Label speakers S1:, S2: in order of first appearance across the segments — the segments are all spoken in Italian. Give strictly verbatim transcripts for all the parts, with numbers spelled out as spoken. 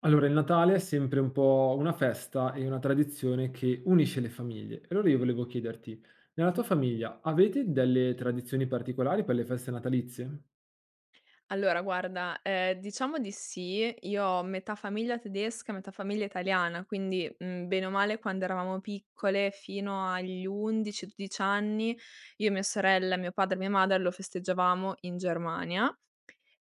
S1: Allora, il Natale è sempre un po' una festa e una tradizione che unisce le famiglie. E allora io volevo chiederti, nella tua famiglia avete delle tradizioni particolari per le feste natalizie?
S2: Allora guarda, ehm, diciamo di sì. Io ho metà famiglia tedesca, metà famiglia italiana, quindi, mhmm, bene o male quando eravamo piccole fino agli undici, dodici anni, io, mia sorella, mio padre e mia madre lo festeggiavamo in Germania.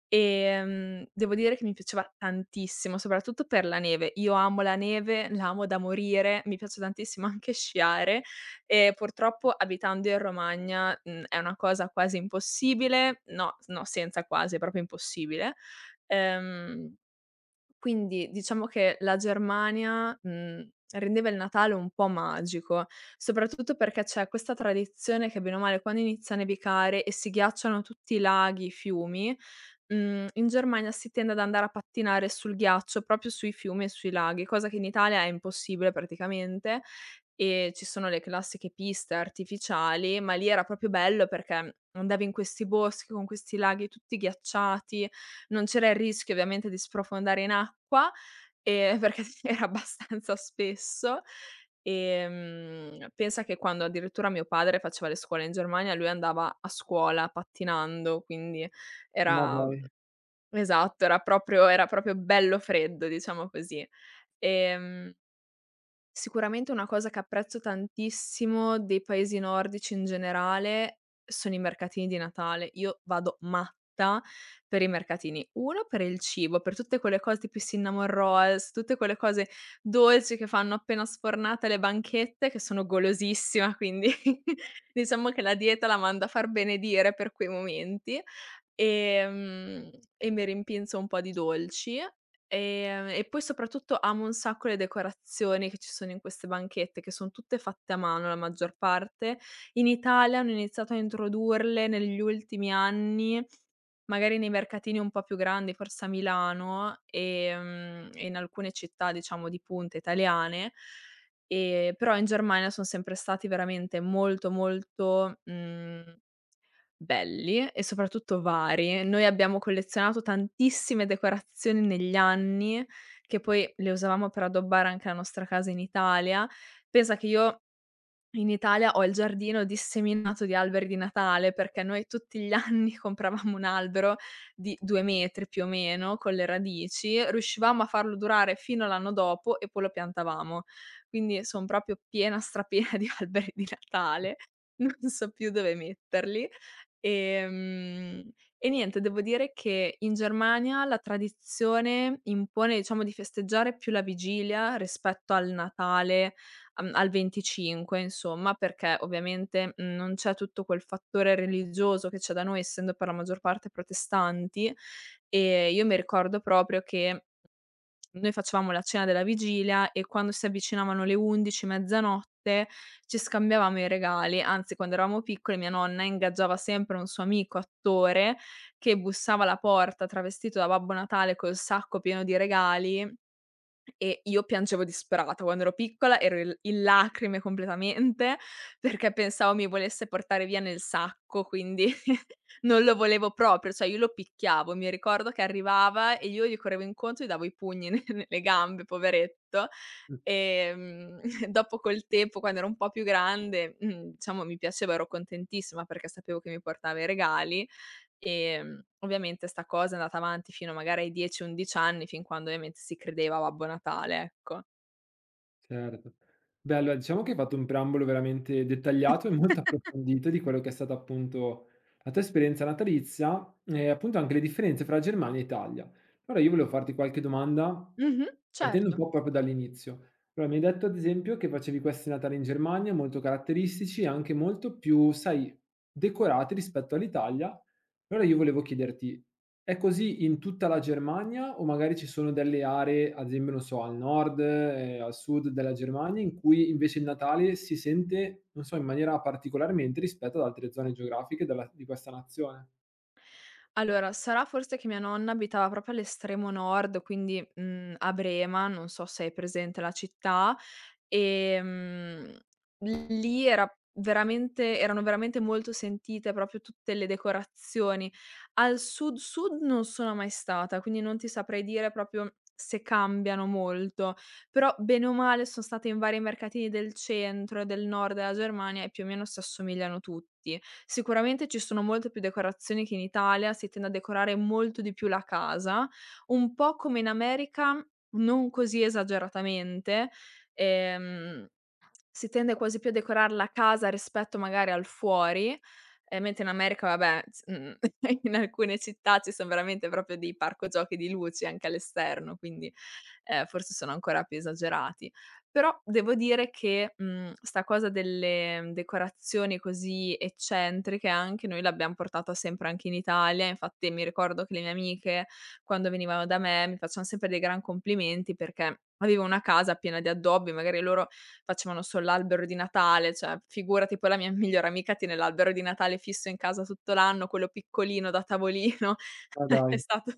S2: Ehm, devo dire che mi piaceva tantissimo, soprattutto per la neve. Io amo la neve, la amo da morire, mi piace tantissimo anche sciare e purtroppo abitando in Romagna, mhmm, è una cosa quasi impossibile, no, no senza quasi, è proprio impossibile. Ehm quindi diciamo che la Germania, mhmm, rendeva il Natale un po' magico, soprattutto perché c'è questa tradizione che bene o male quando inizia a nevicare e si ghiacciano tutti i laghi, i fiumi, mhmm, in Germania si tende ad andare a pattinare sul ghiaccio, proprio sui fiumi e sui laghi, cosa che in Italia è impossibile praticamente e ci sono le classiche piste artificiali, ma lì era proprio bello perché andavi in questi boschi con questi laghi tutti ghiacciati, non c'era il rischio ovviamente di sprofondare in acqua, ehm, perché era abbastanza spesso. Ehm, pensa che quando addirittura mio padre faceva le scuole in Germania, lui andava a scuola pattinando, quindi
S1: Ma
S2: era
S1: dai.
S2: esatto, era proprio era proprio bello freddo, diciamo così. Ehm Sicuramente una cosa che apprezzo tantissimo dei paesi nordici in generale sono i mercatini di Natale. Io vado matta per i mercatini. Uno per il cibo, per tutte quelle cose tipo i cinnamon rolls, tutte quelle cose dolci che fanno appena sfornate alle banchette, che sono golosissima, quindi diciamo che la dieta la mando a far benedire per quei momenti. Ehm, e mi rimpinzo un po' di dolci. Ehm, e poi soprattutto amo un sacco le decorazioni che ci sono in queste banchette, che son tutte fatte a mano la maggior parte. In Italia hanno iniziato a introdurle negli ultimi anni, magari nei mercatini un po' più grandi, forse a Milano, ehm, e in alcune città diciamo di punta italiane, ehm, però in Germania son sempre stati veramente molto, molto, mhmm belli e soprattutto vari. Noi abbiamo collezionato tantissime decorazioni negli anni, che poi le usavamo per addobbare anche la nostra casa in Italia. Pensa che io in Italia ho il giardino disseminato di alberi di Natale, perché noi tutti gli anni compravamo un albero di due metri più o meno, con le radici, riuscivamo a farlo durare fino all'anno dopo e poi lo piantavamo. Quindi son proprio piena, strapiena di alberi di Natale, non so più dove metterli. Ehm, e niente, devo dire che in Germania la tradizione impone, diciamo, di festeggiare più la vigilia rispetto al Natale, am al venticinque insomma, perché ovviamente, mhmm, non c'è tutto quel fattore religioso che c'è da noi, essendo per la maggior parte protestanti, e io mi ricordo proprio che noi facevamo la cena della vigilia e quando si avvicinavano le undici, mezzanotte, ci scambiavamo i regali. Anzi, quando eravamo piccole mia nonna ingaggiava sempre un suo amico attore che bussava alla porta travestito da Babbo Natale col sacco pieno di regali e io piangevo disperata. Quando ero piccola ero il in lacrime completamente, perché pensavo mi volesse portare via nel sacco, quindi non lo volevo proprio, cioè io lo picchiavo. Mi ricordo che arrivava e io gli correvo incontro e gli davo i pugni ne nelle gambe, poveretto. Ehm, dopo col tempo, quando ero un po' più grande, mhmm, diciamo mi piaceva, ero contentissima perché sapevo che mi portava i regali. Ehm, ovviamente 'sta cosa è andata avanti fino magari ai dieci, undici anni, fin quando ovviamente si credeva Babbo Natale, ecco.
S1: Certo. Beh, allora diciamo che hai fatto un preambolo veramente dettagliato e molto approfondito di quello che è stata appunto la tua esperienza natalizia e appunto anche le differenze fra Germania e Italia. Allora io volevo farti qualche domanda
S2: Mh-mh,
S1: partendo un
S2: certo.
S1: po' proprio dall'inizio. Allora, mi hai detto ad esempio che facevi questi Natali in Germania molto caratteristici e anche molto più, sai, decorati rispetto all'Italia. Allora io volevo chiederti, è così in tutta la Germania o magari ci sono delle aree, ad esempio, non so, al nord, ehm, al sud della Germania, in cui invece il Natale si sente, non so, in maniera particolarmente rispetto ad altre zone geografiche della di questa nazione?
S2: Allora, sarà forse che mia nonna abitava proprio all'estremo nord, quindi, mhmm, a Brema, non so se hai presente la città, ehm, lì era veramente erano veramente molto sentite proprio tutte le decorazioni. Al sud sud non sono mai stata, quindi non ti saprei dire proprio se cambiano molto, però bene o male son stata in vari mercatini del centro e del nord della Germania e più o meno si assomigliano tutti. Sicuramente ci sono molte più decorazioni che in Italia, si tende a decorare molto di più la casa, un po' come in America, non così esageratamente. ehm si tende quasi più a decorar la casa rispetto magari al fuori, ehm, mentre in America vabbè, s mhmm, in alcune città ci son veramente proprio dei parco giochi di luci anche all'esterno, quindi, ehm, forse sono ancora più esagerati. Però devo dire che, mhmm, 'sta cosa delle decorazioni così eccentriche anche noi l'abbiam portata sempre anche in Italia, infatti mi ricordo che le mie amiche quando venivano da me mi facevan sempre dei gran complimenti perché avevo una casa piena di addobbi, magari loro facevano solo l'albero di Natale, cioè figurati, poi la mia migliore amica tiene l'albero di Natale fisso in casa tutto l'anno, quello piccolino da tavolino.
S1: Ah
S2: è
S1: dai,
S2: stato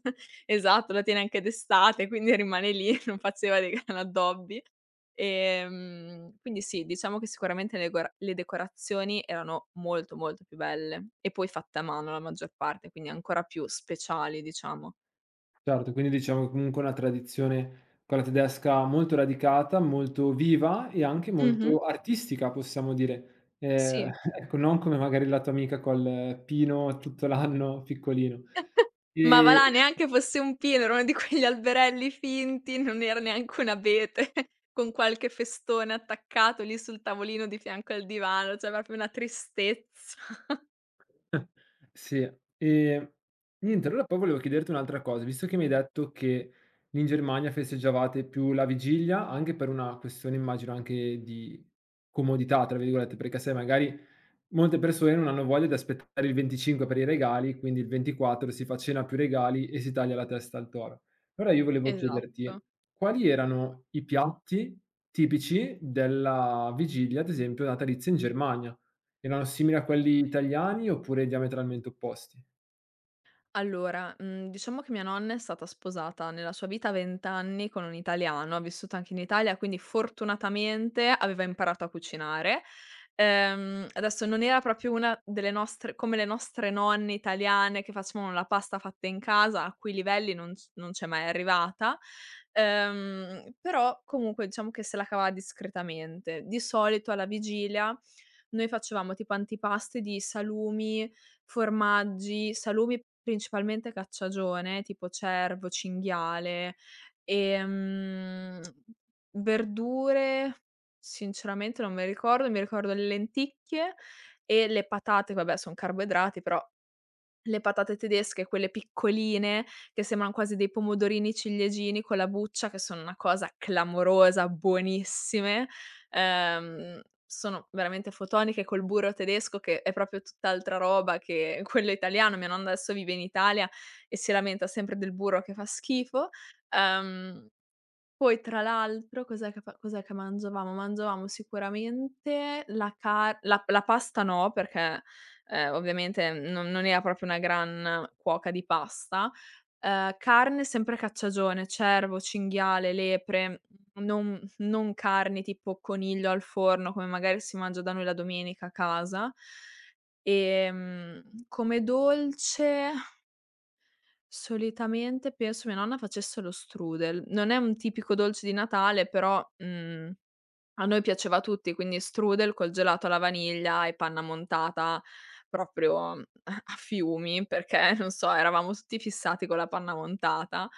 S2: Esatto, lo tiene anche d'estate, quindi rimane lì, non faceva dei gran addobbi. Ehm, quindi sì, diciamo che sicuramente le gora le decorazioni erano molto, molto più belle e poi fatte a mano la maggior parte, quindi ancora più speciali, diciamo.
S1: certo, quindi diciamo che comunque è una tradizione, quella tedesca, molto radicata, molto viva e anche
S2: Mh-mh,
S1: molto artistica, possiamo dire. Ehm,
S2: sì.
S1: ecco, non come magari la tua amica col pino tutto l'anno piccolino.
S2: Ma va
S1: E
S2: là, neanche fosse un pino, era uno di quegli alberelli finti, non era neanche un abete con qualche festone attaccato lì sul tavolino di fianco al divano, cioè proprio una tristezza.
S1: Sì, ehm, niente, allora poi volevo chiederti un'altra cosa, visto che mi hai detto che in Germania festeggiavate più la vigilia, anche per una questione immagino anche di "comodità", tra virgolette, perché sai magari molte persone non hanno voglia di aspettare il venticinque per i regali, quindi il ventiquattro si fa cena più regali e si taglia la testa al toro. Allora io volevo chiederti,
S2: Esatto.
S1: quali erano i piatti tipici della vigilia, ad esempio natalizia in Germania? Erano simili a quelli italiani oppure diametralmente opposti?
S2: Allora, mhmm, diciamo che mia nonna è stata sposata nella sua vita a venti anni con un italiano, ha vissuto anche in Italia, quindi fortunatamente aveva imparato a cucinare. Ehm, adesso non era proprio una delle nostre, come le nostre nonne italiane che facevano la pasta fatta in casa, a quei livelli non s non c'è mai arrivata, ehm, però comunque diciamo che se la cavava discretamente. Di solito alla vigilia noi facevamo tipo antipasti di salumi, formaggi, salumi principalmente cacciagione, tipo cervo, cinghiale, ehm, verdure sinceramente non me le ricordo, mi ricordo le lenticchie e le patate, vabbè son carboidrati, però le patate tedesche, quelle piccoline, che sembran quasi dei pomodorini ciliegini con la buccia, che sono una cosa clamorosa, buonissime. Ehm, sono veramente fotoniche col burro tedesco che è proprio tutt'altra roba che quello italiano. Mia nonna adesso vive in Italia e si lamenta sempre del burro che fa schifo. Ehm Poi tra l'altro cos'è che fa cos'è che mangiavamo? Mangiavamo sicuramente la car la la pasta no, perché, ehm, ovviamente non non era proprio una gran cuoca di pasta, ehm, carne sempre cacciagione, cervo, cinghiale, lepre, non non carni tipo coniglio al forno, come magari si mangia da noi la domenica a casa. Ehm, come dolce Solitamente penso mia nonna facesse lo strudel. Non è un tipico dolce di Natale, però, mhmm, a noi piaceva a tutti, quindi strudel col gelato alla vaniglia e panna montata proprio a a fiumi, perché non so, eravamo tutti fissati con la panna montata.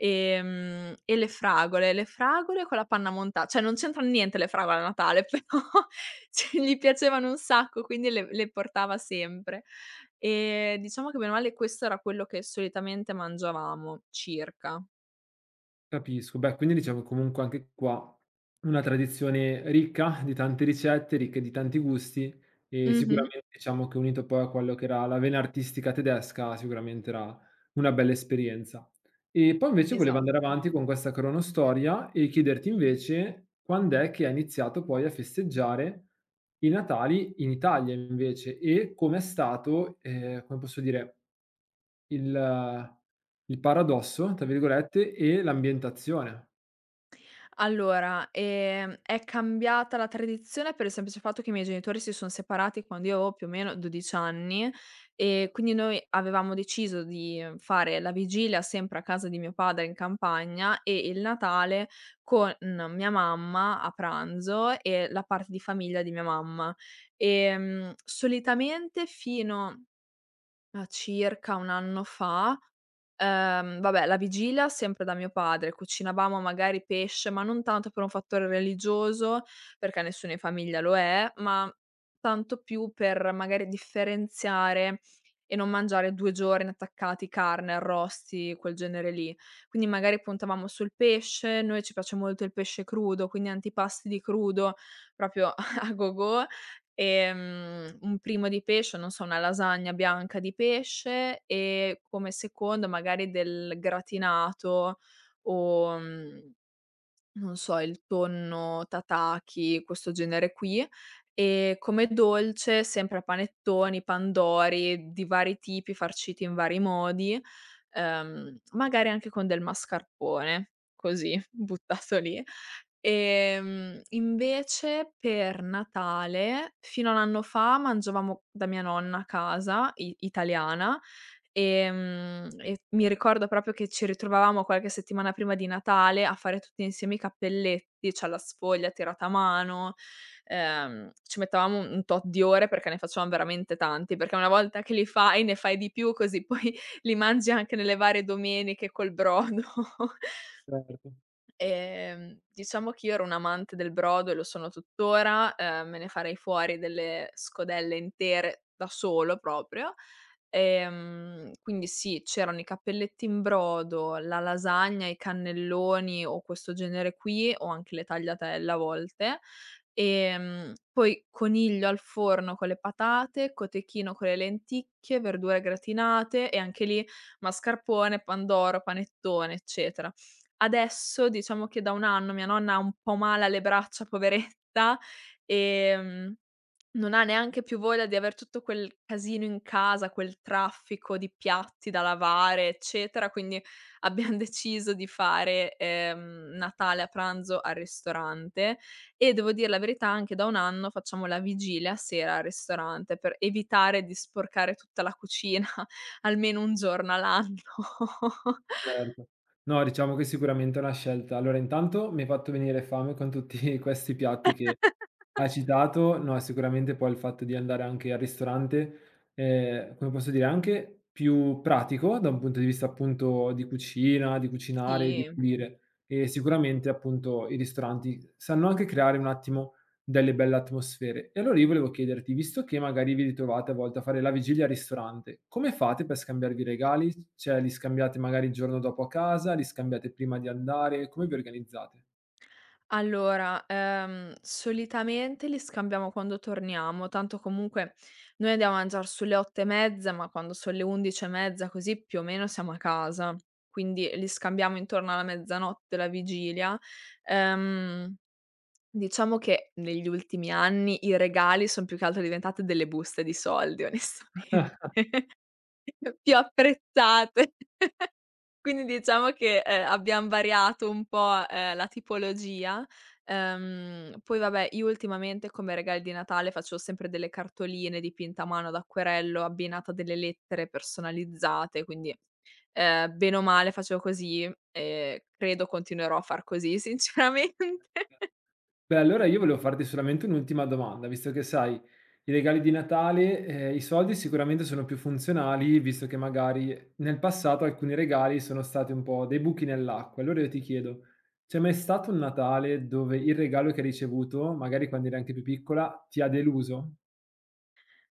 S2: Ehm, e le fragole, le fragole con la panna monta cioè non c'entrano niente le fragole a Natale, però ce gli piacevano un sacco, quindi le le portava sempre. Ehm, diciamo che bene o male questo era quello che solitamente mangiavamo, circa.
S1: Capisco. Beh, quindi diciamo comunque anche qua una tradizione ricca di tante ricette, ricche di tanti gusti e
S2: Mh-mh,
S1: sicuramente diciamo che unito poi a quello che era la vena artistica tedesca, sicuramente era una bella esperienza. E poi invece volevo andare
S2: esatto.
S1: avanti con questa cronostoria e chiederti invece quand'è che hai iniziato poi a festeggiare i Natali in Italia invece e com'è stato, ehm, come posso dire, il il "paradosso" tra virgolette e l'ambientazione.
S2: Allora, ehm, è cambiata la tradizione per il semplice fatto che i miei genitori si son separati quando io avevo più o meno dodici anni, e quindi noi avevamo deciso di ehm, fare la vigilia sempre a casa di mio padre in campagna e il Natale con mia mamma a pranzo e la parte di famiglia di mia mamma. Ehm, solitamente fino Ma circa un anno fa, ehm, vabbè la vigilia sempre da mio padre, cucinavamo magari pesce, ma non tanto per un fattore religioso, perché nessuno in famiglia lo è, ma tanto più per magari differenziare e non mangiare due giorni attaccati carne, arrosti, quel genere lì. Quindi magari puntavamo sul pesce, noi ci piace molto il pesce crudo, quindi antipasti di crudo proprio a gogo. Ehm, un primo di pesce, non so, una lasagna bianca di pesce e come secondo magari del gratinato o, mhmm non so, il tonno, tataki, questo genere qui. E come dolce sempre panettoni, pandori di vari tipi, farciti in vari modi, ehm, magari anche con del mascarpone, così buttato lì. Ehm, invece per Natale, fino a un anno fa, mangiavamo da mia nonna a casa, i italiana. Ehm, e mi ricordo proprio che ci ritrovavamo qualche settimana prima di Natale a fare tutti insieme i cappelletti, cioè la sfoglia tirata a mano, ehm, ci mettevamo un un tot di ore perché ne facevamo veramente tanti, perché una volta che li fai, ne fai di più, così poi li mangi anche nelle varie domeniche col brodo.
S1: Certo.
S2: Ehm, diciamo che io ero un amante del brodo e lo sono tuttora, ehm, me ne farei fuori delle scodelle intere da solo proprio. Ehm, quindi sì, c'erano i cappelletti in brodo, la lasagna, i cannelloni o questo genere qui, o anche le tagliatelle a volte. Ehm, poi coniglio al forno con le patate, cotechino con le lenticchie, verdure gratinate e anche lì mascarpone, pandoro, panettone, eccetera. Adesso, diciamo che da un anno mia nonna ha un po' male alle braccia, poveretta, ehm, non ha neanche più voglia di aver tutto quel casino in casa, quel traffico di piatti da lavare, eccetera, quindi abbiam deciso di fare, ehm, Natale a pranzo al ristorante e devo dir la verità anche da un anno facciamo la vigilia a sera al ristorante per evitare di sporcare tutta la cucina almeno un giorno all'anno.
S1: Certo. No, diciamo che sicuramente è una scelta. Allora intanto mi hai fatto venire fame con tutti questi piatti che hai citato. No, sicuramente poi il fatto di andare anche al ristorante, ehm, come posso dire, anche più pratico da un punto di vista appunto di cucina, di cucinare, di
S2: Sì.
S1: pulire e sicuramente appunto i ristoranti sanno anche creare un attimo delle belle atmosfere. E allora io volevo chiederti, visto che magari vi ritrovate a volte a fare la vigilia al ristorante, come fate per scambiarvi i regali? Cioè, li scambiate magari il giorno dopo a casa, li scambiate prima di andare, come vi organizzate?
S2: Allora, ehm, solitamente li scambiamo quando torniamo, tanto comunque noi andiamo a mangiare sulle otto e mezza, ma quando sono le undici e mezza così più o meno siamo a casa. Quindi li scambiamo intorno alla mezzanotte della vigilia. Ehm, diciamo che negli ultimi anni i regali son più che altro diventate delle buste di soldi onestamente, più apprezzate. Quindi diciamo che, ehm, abbiam variato un po', ehm, la tipologia. Ehm, poi vabbè, io ultimamente come regali di Natale faccio sempre delle cartoline dipinte a mano ad acquerello, abbinate a delle lettere personalizzate, quindi, ehm, bene o male facevo così e credo continuerò a far così sinceramente.
S1: Beh, allora io volevo farti solamente un'ultima domanda, visto che sai, i regali di Natale, ehm, i soldi sicuramente sono più funzionali, visto che magari nel passato alcuni regali sono stati un po' dei buchi nell'acqua. Allora io ti chiedo: c'è mai stato un Natale dove il regalo che hai ricevuto, magari quando eri anche più piccola, ti ha deluso?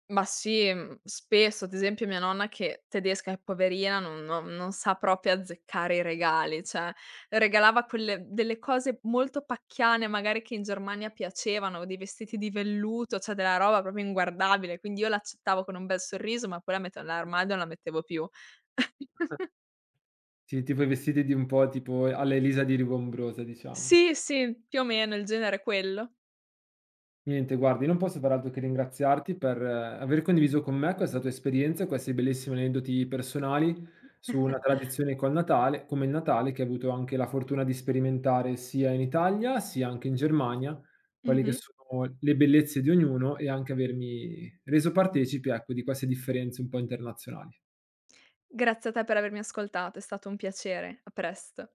S2: Ma sì, mhmm, spesso, ad esempio mia nonna che tedesca è poverina, non non non sa proprio azzeccare i regali, cioè regalava quelle delle cose molto pacchiane, magari che in Germania piacevano, dei vestiti di velluto, cioè della roba proprio inguardabile, quindi io l'accettavo con un bel sorriso, ma poi la mettevo nell'armadio e non la mettevo più.
S1: Ti tipo i vestiti di un po' tipo alla Elisa di Rivombrosa, diciamo.
S2: Sì, sì, più o meno il genere è quello.
S1: Niente, guardi, non posso far altro che ringraziarti per eh, aver condiviso con me questa tua esperienza, questi bellissimi aneddoti personali su una tradizione col Natale, come il Natale, che hai avuto anche la fortuna di sperimentare sia in Italia sia anche in Germania, quelle che
S2: Mh-mh.
S1: sono le bellezze di ognuno e anche avermi reso partecipe, ecco, di queste differenze un po' internazionali.
S2: Grazie a te per avermi ascoltato, è stato un piacere. A presto.